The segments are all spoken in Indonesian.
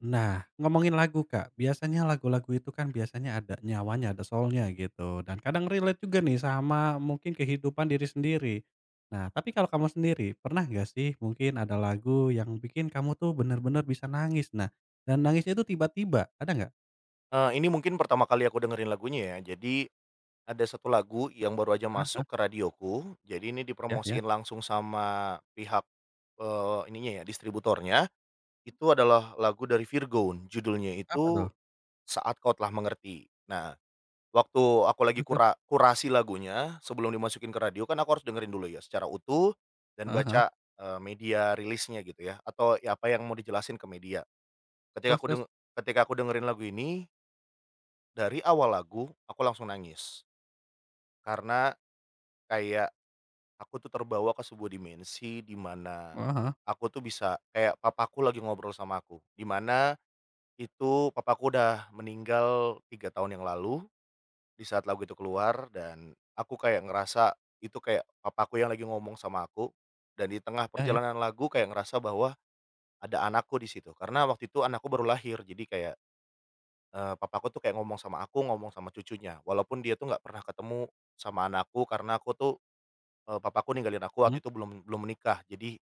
Nah, ngomongin lagu, Kak, biasanya lagu-lagu itu kan biasanya ada nyawanya, ada soul-nya gitu, dan kadang relate juga nih sama mungkin kehidupan diri sendiri. Nah, tapi kalau kamu sendiri, pernah nggak sih mungkin ada lagu yang bikin kamu tuh bener-bener bisa nangis? Nah, dan nangisnya itu tiba-tiba, ada nggak? Ini mungkin pertama kali aku dengerin lagunya ya. Jadi ada satu lagu yang baru aja Hah? masuk ke radioku. Jadi ini Ya, ya? dipromosiin langsung sama pihak, ininya ya, distributornya. Itu adalah lagu dari Virgon, judulnya Apa itu tuh? "Saat Kau Telah Mengerti". Nah, waktu aku lagi Terus, terus? Kurasi lagunya sebelum dimasukin ke radio kan aku harus dengerin dulu ya secara utuh dan Heeh, heeh. baca, media rilisnya gitu ya, atau ya apa yang mau dijelasin ke media. Ketika Terus, aku terus? deng ketika aku dengerin lagu ini dari awal lagu, aku langsung nangis, karena kayak aku tuh terbawa ke sebuah dimensi di mana Heeh, heeh. aku tuh bisa kayak papaku lagi ngobrol sama aku, di mana itu papaku udah meninggal 3 tahun yang lalu di saat lagu itu keluar dan aku kayak ngerasa itu kayak papaku yang lagi ngomong sama aku dan di tengah Ya, ya. perjalanan lagu kayak ngerasa bahwa ada anakku di situ, karena waktu itu anakku baru lahir jadi kayak papaku tuh kayak ngomong sama aku, ngomong sama cucunya, walaupun dia tuh nggak pernah ketemu sama anakku karena aku tuh, papaku ninggalin aku waktu Mhm. itu belum belum menikah. Jadi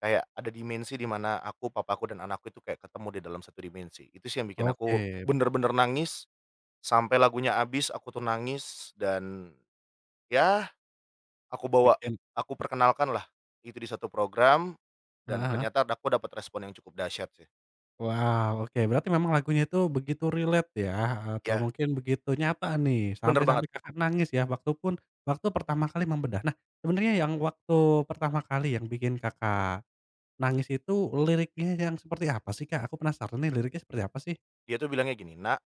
kayak ada dimensi di mana aku, papaku, dan anakku itu kayak ketemu di dalam satu dimensi. Itu sih yang bikin aku Oke, bener-bener nangis, sampai lagunya habis aku tuh nangis dan ya aku bawa bikin, aku perkenalkan lah itu di satu program heeh, dan heeh. ternyata aku dapat respon yang cukup dahsyat sih. Wow, oke, berarti memang lagunya itu begitu relate ya, atau Ya mungkin begitu nyata nih, bener banget. sampai-sampai Kakak nangis ya, waktu pun waktu pertama kali membedah. Nah, sebenarnya yang waktu pertama kali yang bikin Kakak nangis itu liriknya yang seperti apa sih, Kak? Aku penasaran nih, liriknya seperti apa sih? Dia tuh bilangnya gini, "Nak,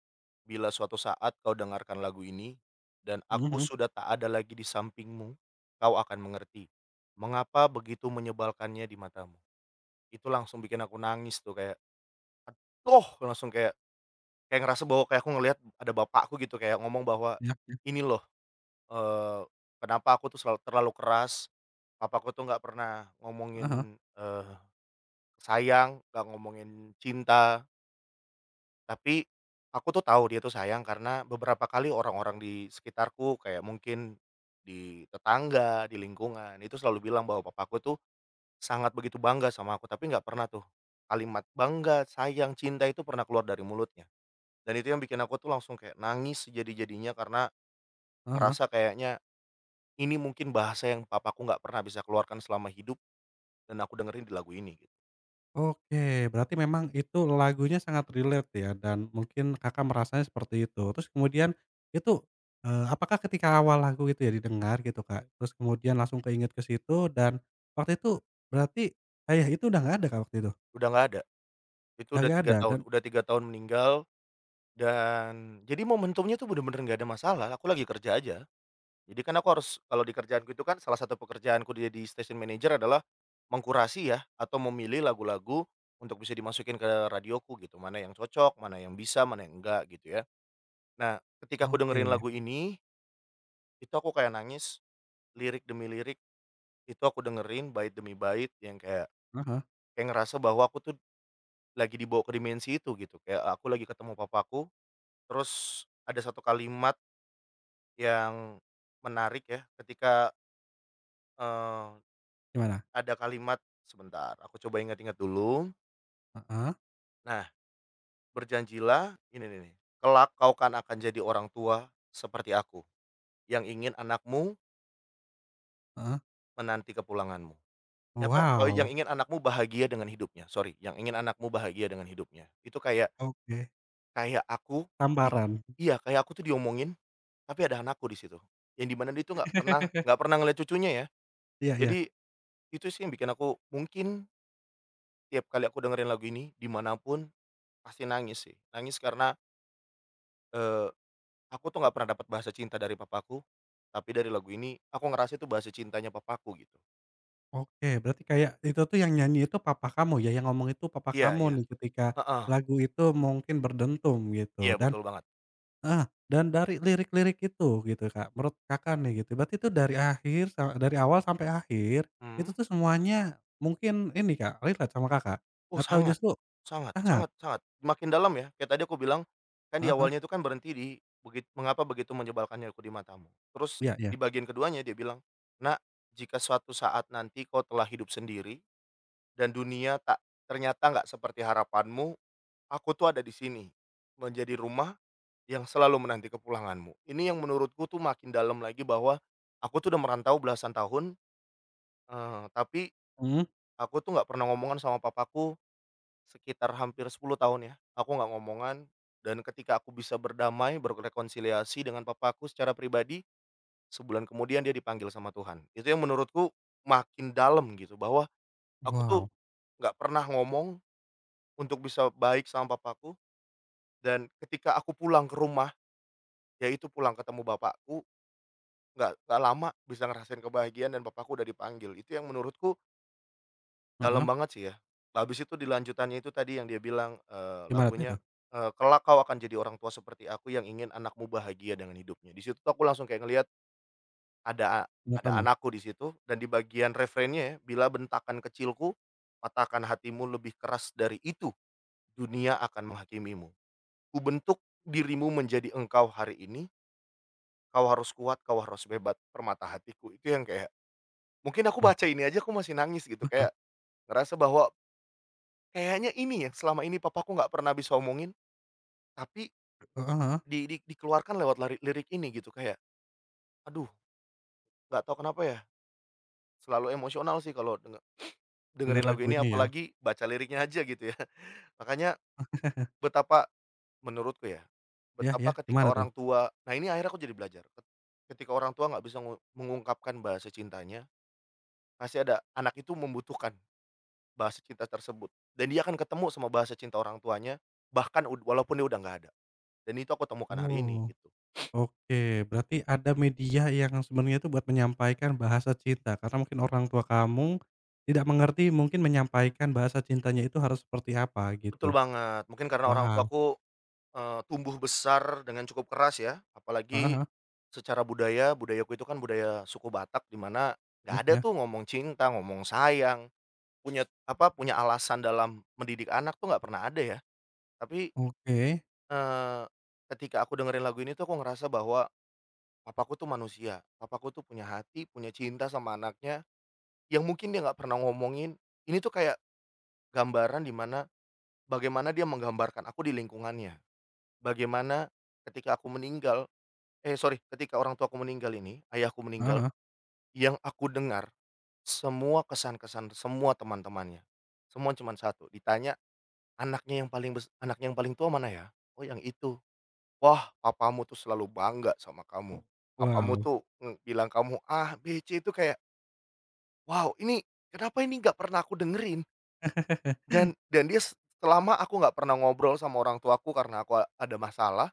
bila suatu saat kau dengarkan lagu ini, dan Mhm, aku mhm, sudah tak ada lagi di sampingmu, kau akan mengerti, mengapa begitu menyebalkannya di matamu." Itu langsung bikin aku nangis tuh kayak, "Doh!" Langsung kayak kayak ngerasa bahwa kayak aku ngelihat ada bapakku gitu, kayak ngomong bahwa, iya, iya. "Ini loh, eee, kenapa aku tuh selalu terlalu keras, papaku tuh nggak pernah Heeh, heeh, ngomongin, sayang, nggak ngomongin cinta." Tapi, aku tuh tahu dia tuh sayang karena beberapa kali orang-orang di sekitarku kayak mungkin di tetangga, di lingkungan, itu selalu bilang bahwa papaku tuh sangat begitu bangga sama aku, tapi nggak pernah tuh kalimat bangga, sayang, cinta itu pernah keluar dari mulutnya. Dan itu yang bikin aku tuh langsung kayak nangis sejadi-jadinya karena ngerasa kayaknya ini mungkin bahasa yang papaku nggak pernah bisa keluarkan selama hidup dan aku dengerin di lagu ini gitu. oke, berarti memang itu lagunya sangat relate ya, dan mungkin Kakak merasanya seperti itu. Terus kemudian itu, apakah ketika awal lagu itu ya didengar gitu, Kak, terus kemudian langsung keinget ke situ, dan waktu itu berarti ayah itu udah nggak ada, Kak, waktu itu? Udah nggak ada, itu Udah udah nggak 3 ada tahun, dan udah 3 tahun meninggal. Dan jadi momentumnya tuh bener-bener nggak ada masalah, aku lagi kerja aja. Jadi kan aku harus kalau di kerjaanku itu kan salah satu pekerjaanku jadi station manager adalah mengkurasi ya atau memilih lagu-lagu untuk bisa dimasukin ke radioku gitu, mana yang cocok, mana yang bisa, mana yang enggak gitu ya. Nah, ketika aku dengerin oke, lagu ini, itu aku kayak nangis, lirik demi lirik, itu aku dengerin bait demi bait yang kayak heeh, kayak ngerasa bahwa aku tuh lagi dibawa ke dimensi itu gitu, kayak aku lagi ketemu papaku, terus ada satu kalimat yang menarik ya ketika, eee, gimana? ada kalimat sebentar aku coba ingat-ingat dulu. Heeh, Nah, "Berjanjilah", ini nih nih, "kelak kau kan akan jadi orang tua seperti aku, yang ingin anakmu heeh. menanti kepulanganmu." Ya apa, oh, "Yang Wow, ingin anakmu bahagia dengan hidupnya," sorry, "yang ingin anakmu bahagia dengan hidupnya." Itu kayak oke, kayak aku di tamparan. iya, kayak aku tuh diomongin, tapi ada anakku di situ. Yang dimana dia tuh nggak pernah ngeliat cucunya ya. Iya, iya. Jadi, itu sih yang bikin aku mungkin tiap kali aku dengerin lagu ini, dimanapun pasti nangis sih. Nangis karena, eee, aku tuh nggak pernah dapat bahasa cinta dari papaku, tapi dari lagu ini aku ngerasa itu bahasa cintanya papaku gitu. Oke, berarti kayak itu tuh yang nyanyi itu papa kamu ya, yang ngomong itu papa Iya kamu iya, nih ketika heeh, lagu itu mungkin berdentum gitu. iya Dan betul banget. ah, dan dari lirik-lirik itu gitu, Kak, menurut Kakak nih gitu, berarti itu dari akhir sa dari awal sampai akhir, itu Mhm. tuh semuanya mungkin ini, Kak, relate sama Kakak? Oh Atau sangat, justru sangat sangat? sangat sangat, makin dalam ya, kayak tadi aku bilang, kan di Heeh, heeh, awalnya itu kan berhenti di "Mengapa begitu menyebalkannya aku di matamu." Terus iya, iya, di bagian keduanya dia bilang, "Nak, jika suatu saat nanti kau telah hidup sendiri dan dunia tak ternyata nggak seperti harapanmu, aku tuh ada di sini, menjadi rumah yang selalu menanti kepulanganmu." Ini yang menurutku tuh makin dalam lagi bahwa aku tuh udah merantau belasan tahun, tapi mhm, aku tuh nggak pernah ngomongan sama papaku sekitar hampir 10 tahun ya, aku nggak ngomongan dan ketika aku bisa berdamai, berrekonsiliasi dengan papaku secara pribadi, sebulan kemudian dia dipanggil sama Tuhan. Itu yang menurutku makin dalam gitu, bahwa aku tuh wow, nggak pernah ngomong untuk bisa baik sama papaku dan ketika aku pulang ke rumah, ya itu pulang ketemu bapakku, nggak lama bisa ngerasain kebahagiaan dan bapakku udah dipanggil. Itu yang menurutku dalam heeh, banget sih ya. Habis itu dilanjutannya itu tadi yang dia bilang, gimana tuh itu? lagunya, "Kelak kau akan jadi orang tua seperti aku yang ingin anakmu bahagia dengan hidupnya." Di situ tuh aku langsung kayak ngelihat ada Menurut ada kamu? anakku di situ dan di bagian refrainnya ya, "Bila bentakan kecilku patahkan hatimu, lebih keras dari itu dunia akan menghakimimu. Kubentuk dirimu menjadi engkau hari ini, kau harus kuat, kau harus hebat, permata hatiku." Itu yang kayak, mungkin aku Wah, baca ini aja aku masih nangis gitu, heeh, kayak ngerasa bahwa kayaknya ini yang selama ini papaku nggak pernah bisa omongin, tapi heeh, heeh, di dikeluarkan lewat lirik ini gitu kayak, aduh nggak tahu kenapa ya, selalu emosional sih kalau denger dengerin lagu ini lagunya ya, apalagi baca liriknya aja gitu ya. Makanya betapa menurutku ya, iya, iya, betapa ketika gimana tuh? orang tua, nah ini akhirnya aku jadi belajar, ketika orang tua nggak bisa mengungkapkan bahasa cintanya, masih ada anak itu membutuhkan bahasa cinta tersebut, dan dia akan ketemu sama bahasa cinta orang tuanya, bahkan walaupun dia udah nggak ada, dan itu aku temukan hari ini, Oh. gitu. Oke, berarti ada media yang sebenarnya itu buat menyampaikan bahasa cinta, karena mungkin orang tua kamu tidak mengerti mungkin menyampaikan bahasa cintanya itu harus seperti apa Betul gitu. banget, mungkin karena orang Wah, tuaku, tumbuh besar dengan cukup keras ya, heeh, apalagi heeh, secara budaya, budayaku itu kan budaya suku Batak, di mana nggak iya, ada iya, tuh ngomong cinta, ngomong sayang, punya apa, punya alasan dalam mendidik anak tuh nggak pernah ada ya. Tapi, oke, eee, ketika aku dengerin lagu ini tuh aku ngerasa bahwa papaku tuh manusia, papaku tuh punya hati, punya cinta sama anaknya yang mungkin dia nggak pernah ngomongin, ini tuh kayak gambaran di mana bagaimana dia menggambarkan aku di lingkungannya. Bagaimana ketika aku meninggal, eh, sorry, ketika orang tuaku meninggal ini, ayahku heeh, meninggal, heeh, yang aku dengar semua kesan-kesan semua teman-temannya. Semua cuma satu, ditanya, "Anaknya yang paling tua mana ya?" "Oh yang itu." "Wah papamu tuh selalu bangga sama kamu. Papamu wow, tuh, bilang kamu A, B, C." Itu kayak, wow ini kenapa ini nggak pernah aku dengerin. Dan selama aku nggak pernah ngobrol sama orang tuaku karena aku ada masalah,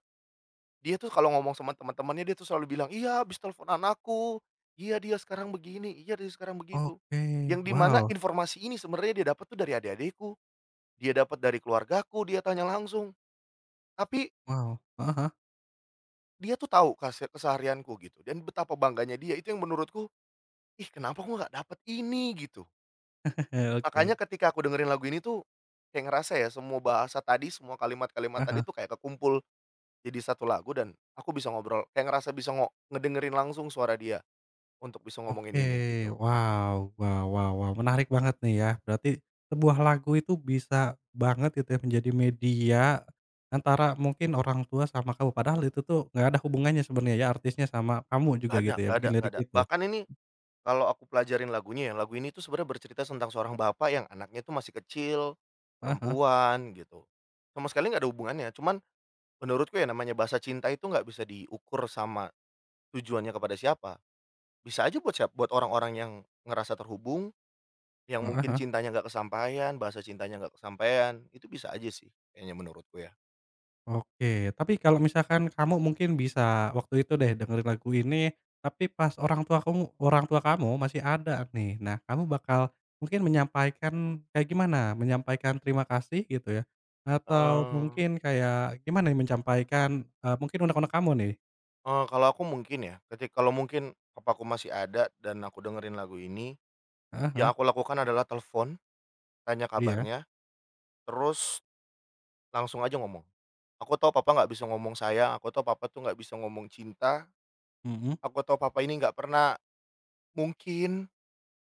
dia tuh kalau ngomong sama teman-temannya dia tuh selalu bilang, "Iya, habis telepon anakku, iya dia sekarang begini, iya dia sekarang begitu." oke, Yang dimana wow, informasi ini sebenarnya dia dapat tuh dari adik-adikku, dia dapat dari keluargaku, dia tanya langsung. Tapi wow, heeh, dia tuh tahu keseharianku gitu dan betapa bangganya dia, itu yang menurutku, "Ih, kenapa aku nggak dapat ini?" Gitu. heeh, Makanya oke, ketika aku dengerin lagu ini tuh, kayak ngerasa ya semua bahasa tadi, semua kalimat-kalimat tadi paham. tuh kayak kekumpul jadi satu lagu dan aku bisa ngobrol kayak ngerasa bisa ngedengerin langsung suara dia untuk bisa Oke, ngomongin ini gitu. wow, wow, wow, wow, menarik banget nih ya. Berarti sebuah lagu itu bisa banget gitu ya menjadi media antara mungkin orang tua sama kamu, padahal itu tuh nggak ada hubungannya sebenarnya ya, artisnya sama kamu juga Nggak ada, gitu ya, nggak bikin ada, nggak lirik ada. itu. Bahkan ini kalau aku pelajarin lagunya ya, lagu ini tuh sebenarnya bercerita tentang seorang bapak yang anaknya tuh masih kecil, Heeh, heeh, perempuan gitu. Sama sekali nggak ada hubungannya, cuman menurutku ya namanya bahasa cinta itu nggak bisa diukur sama tujuannya kepada siapa. Bisa aja buat orang-orang yang ngerasa terhubung, yang mungkin cintanya nggak kesampaian, bahasa cintanya nggak kesampaian, itu bisa aja sih kayaknya menurutku ya. oke, tapi kalau misalkan kamu mungkin bisa waktu itu deh dengerin lagu ini, tapi pas orang tua kamu masih ada nih. Nah, kamu bakal mungkin menyampaikan kayak gimana? Menyampaikan terima kasih gitu ya? Atau Heeh. mungkin kayak gimana nih menyampaikan, mungkin unek-unek kamu nih? Kalau aku mungkin ya, kalau mungkin papa aku masih ada dan aku dengerin lagu ini, Heeh, heeh, yang aku lakukan adalah telepon, tanya iya, kabarnya, terus langsung aja ngomong. Aku tahu papa nggak bisa ngomong sayang, aku tahu papa tuh nggak bisa ngomong cinta, mhm, aku tahu papa ini nggak pernah mungkin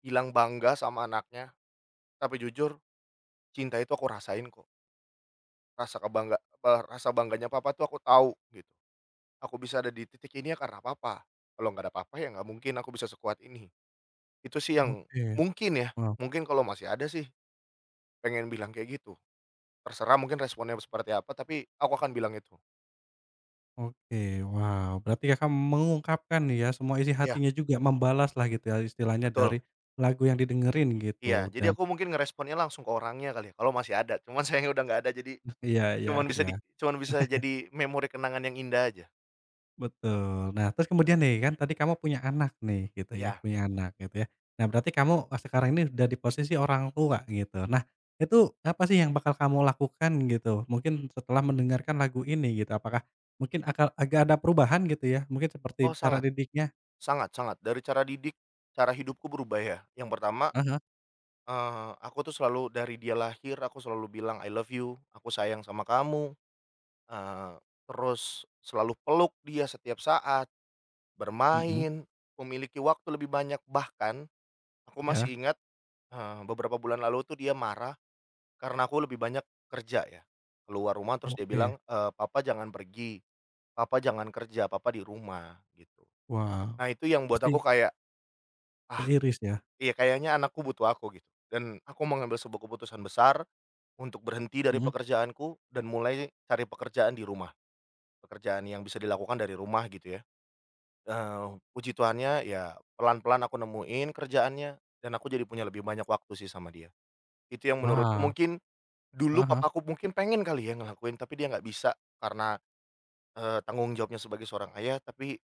bilang bangga sama anaknya, tapi jujur cinta itu aku rasain kok. Rasa bangganya papa tuh aku tahu gitu. Aku bisa ada di titik ini ya karena papa. Kalau nggak ada papa ya nggak mungkin aku bisa sekuat ini. Itu sih yang oke, mungkin ya, wow, mungkin kalau masih ada sih pengen bilang kayak gitu, terserah mungkin responnya seperti apa tapi aku akan bilang itu. oke, wow, berarti Kakak mengungkapkan nih ya semua isi Iya, hatinya juga, membalaslah gitu ya istilahnya dari betul. lagu yang didengerin Iya, gitu. jadi Dan aku mungkin ngeresponnya langsung ke orangnya kali ya, kalau masih ada, cuman sayangnya udah nggak ada jadi iya, iya, cuman bisa iya, di cuman bisa jadi memori kenangan yang indah aja. betul. Nah, terus kemudian nih, kan tadi kamu punya anak nih, gitu ya, Iya. punya anak, gitu ya. Nah, berarti kamu, eh, sekarang ini udah di posisi orang tua, gitu. Nah, itu apa sih yang bakal kamu lakukan, gitu? Mungkin setelah mendengarkan lagu ini, gitu. Apakah mungkin akal agak ada perubahan, gitu ya? Mungkin Oh seperti cara sangat, didiknya. sangat sangat, dari cara didik, cara hidupku berubah ya. Yang pertama, Aha, hah, aku tuh selalu dari dia lahir aku selalu bilang I love you, aku sayang sama kamu, eee, terus selalu peluk dia setiap saat. mhm, Bermain, memiliki waktu lebih banyak, bahkan aku iya, masih ingat, beberapa bulan lalu tuh dia marah karena aku lebih banyak kerja ya, keluar rumah terus dia oke. bilang, "Papa jangan pergi, papa jangan kerja, papa di rumah," gitu. Wow, Nah itu yang buat pasti aku kayak, ah, teriris ya? iya kayaknya anakku butuh aku gitu, dan aku mengambil sebuah keputusan besar untuk berhenti dari Mhm. pekerjaanku dan mulai cari pekerjaan di rumah, pekerjaan yang bisa dilakukan dari rumah gitu ya. Puji Tuhannya ya pelan-pelan aku nemuin kerjaannya, dan aku jadi punya lebih banyak waktu sih sama dia. Itu yang menurutku Wow, mungkin dulu aha, papaku mungkin pengen kali ya ngelakuin tapi dia nggak bisa karena, tanggung jawabnya sebagai seorang ayah, tapi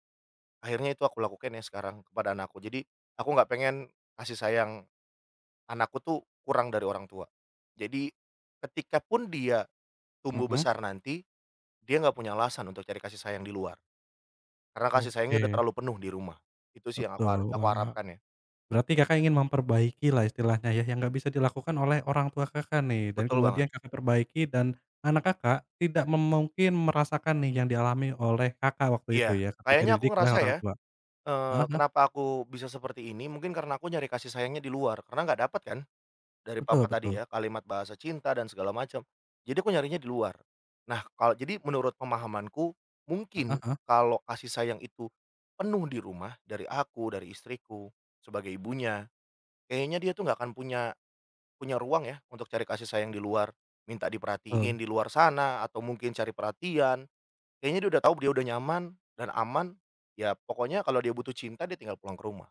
akhirnya itu aku lakukan ya sekarang kepada anakku. Jadi aku nggak pengen kasih sayang anakku tuh kurang dari orang tua. Jadi ketika pun dia tumbuh mhm, besar nanti, dia nggak punya alasan untuk cari kasih sayang di luar, karena kasih sayangnya udah oke, terlalu penuh di rumah. Itu sih yang aku betul, aku wah. harapkan ya. Berarti Kakak ingin memperbaiki lah istilahnya ya, yang nggak bisa dilakukan oleh orang tua Kakak nih, dan Betul kemudian banget. Kakak perbaiki, dan anak Kakak tidak mungkin merasakan nih yang dialami oleh Kakak waktu itu Iya, ya, ketika kayaknya aku dididik oleh ngerasa orang ya, tua. Heeh, kenapa aku bisa seperti ini, mungkin karena aku nyari kasih sayangnya di luar, karena nggak dapat kan dari papa betul, betul. tadi ya, kalimat bahasa cinta dan segala macam. Jadi aku nyarinya di luar. Nah, kalau jadi menurut pemahamanku, mungkin Aha, kalau kasih sayang itu penuh di rumah dari aku, dari istriku sebagai ibunya, kayaknya dia tuh nggak akan punya punya ruang ya untuk cari kasih sayang di luar, minta betul. diperhatiin di luar sana atau mungkin cari perhatian. Kayaknya dia udah tahu dia udah nyaman dan aman, ya pokoknya kalau dia butuh cinta dia tinggal pulang ke rumah,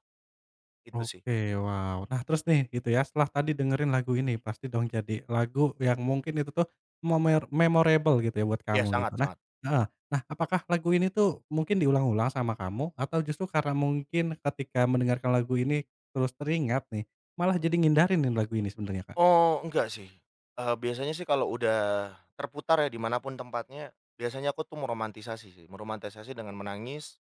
itu sih. Oke, wow. Nah, terus nih gitu ya, setelah tadi dengerin lagu ini, pasti dong jadi lagu yang mungkin itu tuh memorable gitu ya buat Iya kamu sangat gitu. Nah, sangat. heeh, nah apakah lagu ini tuh mungkin diulang-ulang sama kamu, atau justru karena mungkin ketika mendengarkan lagu ini terus teringat nih, malah jadi ngindarin nih lagu ini sebenarnya, Kak? Oh enggak sih, biasanya sih kalau udah terputar ya dimanapun tempatnya, biasanya aku tuh meromantisasi sih, meromantisasi dengan menangis,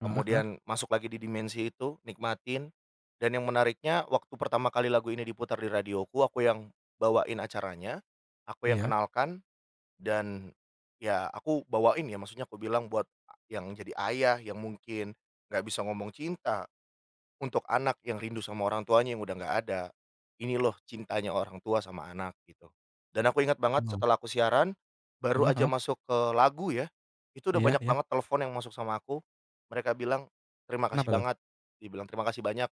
Heeh, heeh, kemudian masuk lagi di dimensi itu, nikmatin, dan yang menariknya waktu pertama kali lagu ini diputar di radioku, aku yang bawain acaranya, aku yang iya. kenalkan. Dan, ya aku bawain ya, maksudnya aku bilang buat yang jadi ayah, yang mungkin nggak bisa ngomong cinta, untuk anak yang rindu sama orang tuanya yang udah nggak ada. Ini loh cintanya orang tua sama anak gitu. Dan aku ingat banget Wow. setelah aku siaran, baru Heeh, aja heeh. masuk ke lagu ya, itu udah Iya, banyak iya. banget telepon yang masuk sama aku. Mereka bilang, "Terima kasih Kenapa tuh? banget," dibilang, "terima kasih banyak."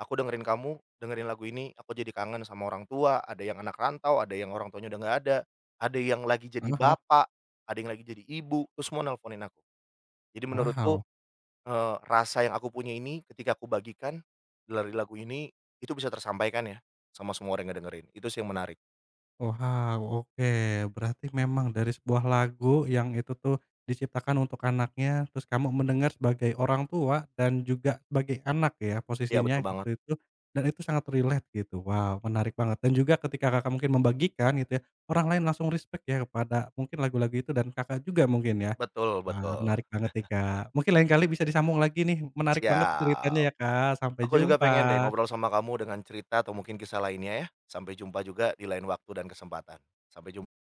Aku dengerin kamu, dengerin lagu ini, aku jadi kangen sama orang tua, ada yang anak rantau, ada yang orang tuanya udah nggak ada, ada yang lagi jadi Heeh, heeh. bapak, ada yang lagi jadi ibu, terus semua nelponin aku. Jadi menurutku, Wow. Rasa yang aku punya ini ketika aku bagikan dari lagu ini, itu bisa tersampaikan ya, sama semua orang yang dengerin, itu sih yang menarik. Wow, oke. Berarti memang dari sebuah lagu yang itu tuh diciptakan untuk anaknya, terus kamu mendengar sebagai orang tua dan juga sebagai anak ya Iya betul posisinya banget, waktu itu, dan itu sangat relate gitu. Wow, menarik banget, dan juga ketika Kakak mungkin membagikan gitu ya, orang lain langsung respect ya kepada mungkin lagu-lagu itu dan Kakak juga mungkin ya. betul Wah, betul. menarik banget nih, Kak. Mungkin lain kali bisa disambung lagi nih, menarik banget Siap, ceritanya ya, Kak. Sampai aku juga pengen deh jumpa. ngobrol sama kamu dengan cerita atau mungkin kisah lainnya ya. Sampai jumpa juga di lain waktu dan kesempatan. Sampai jumpa.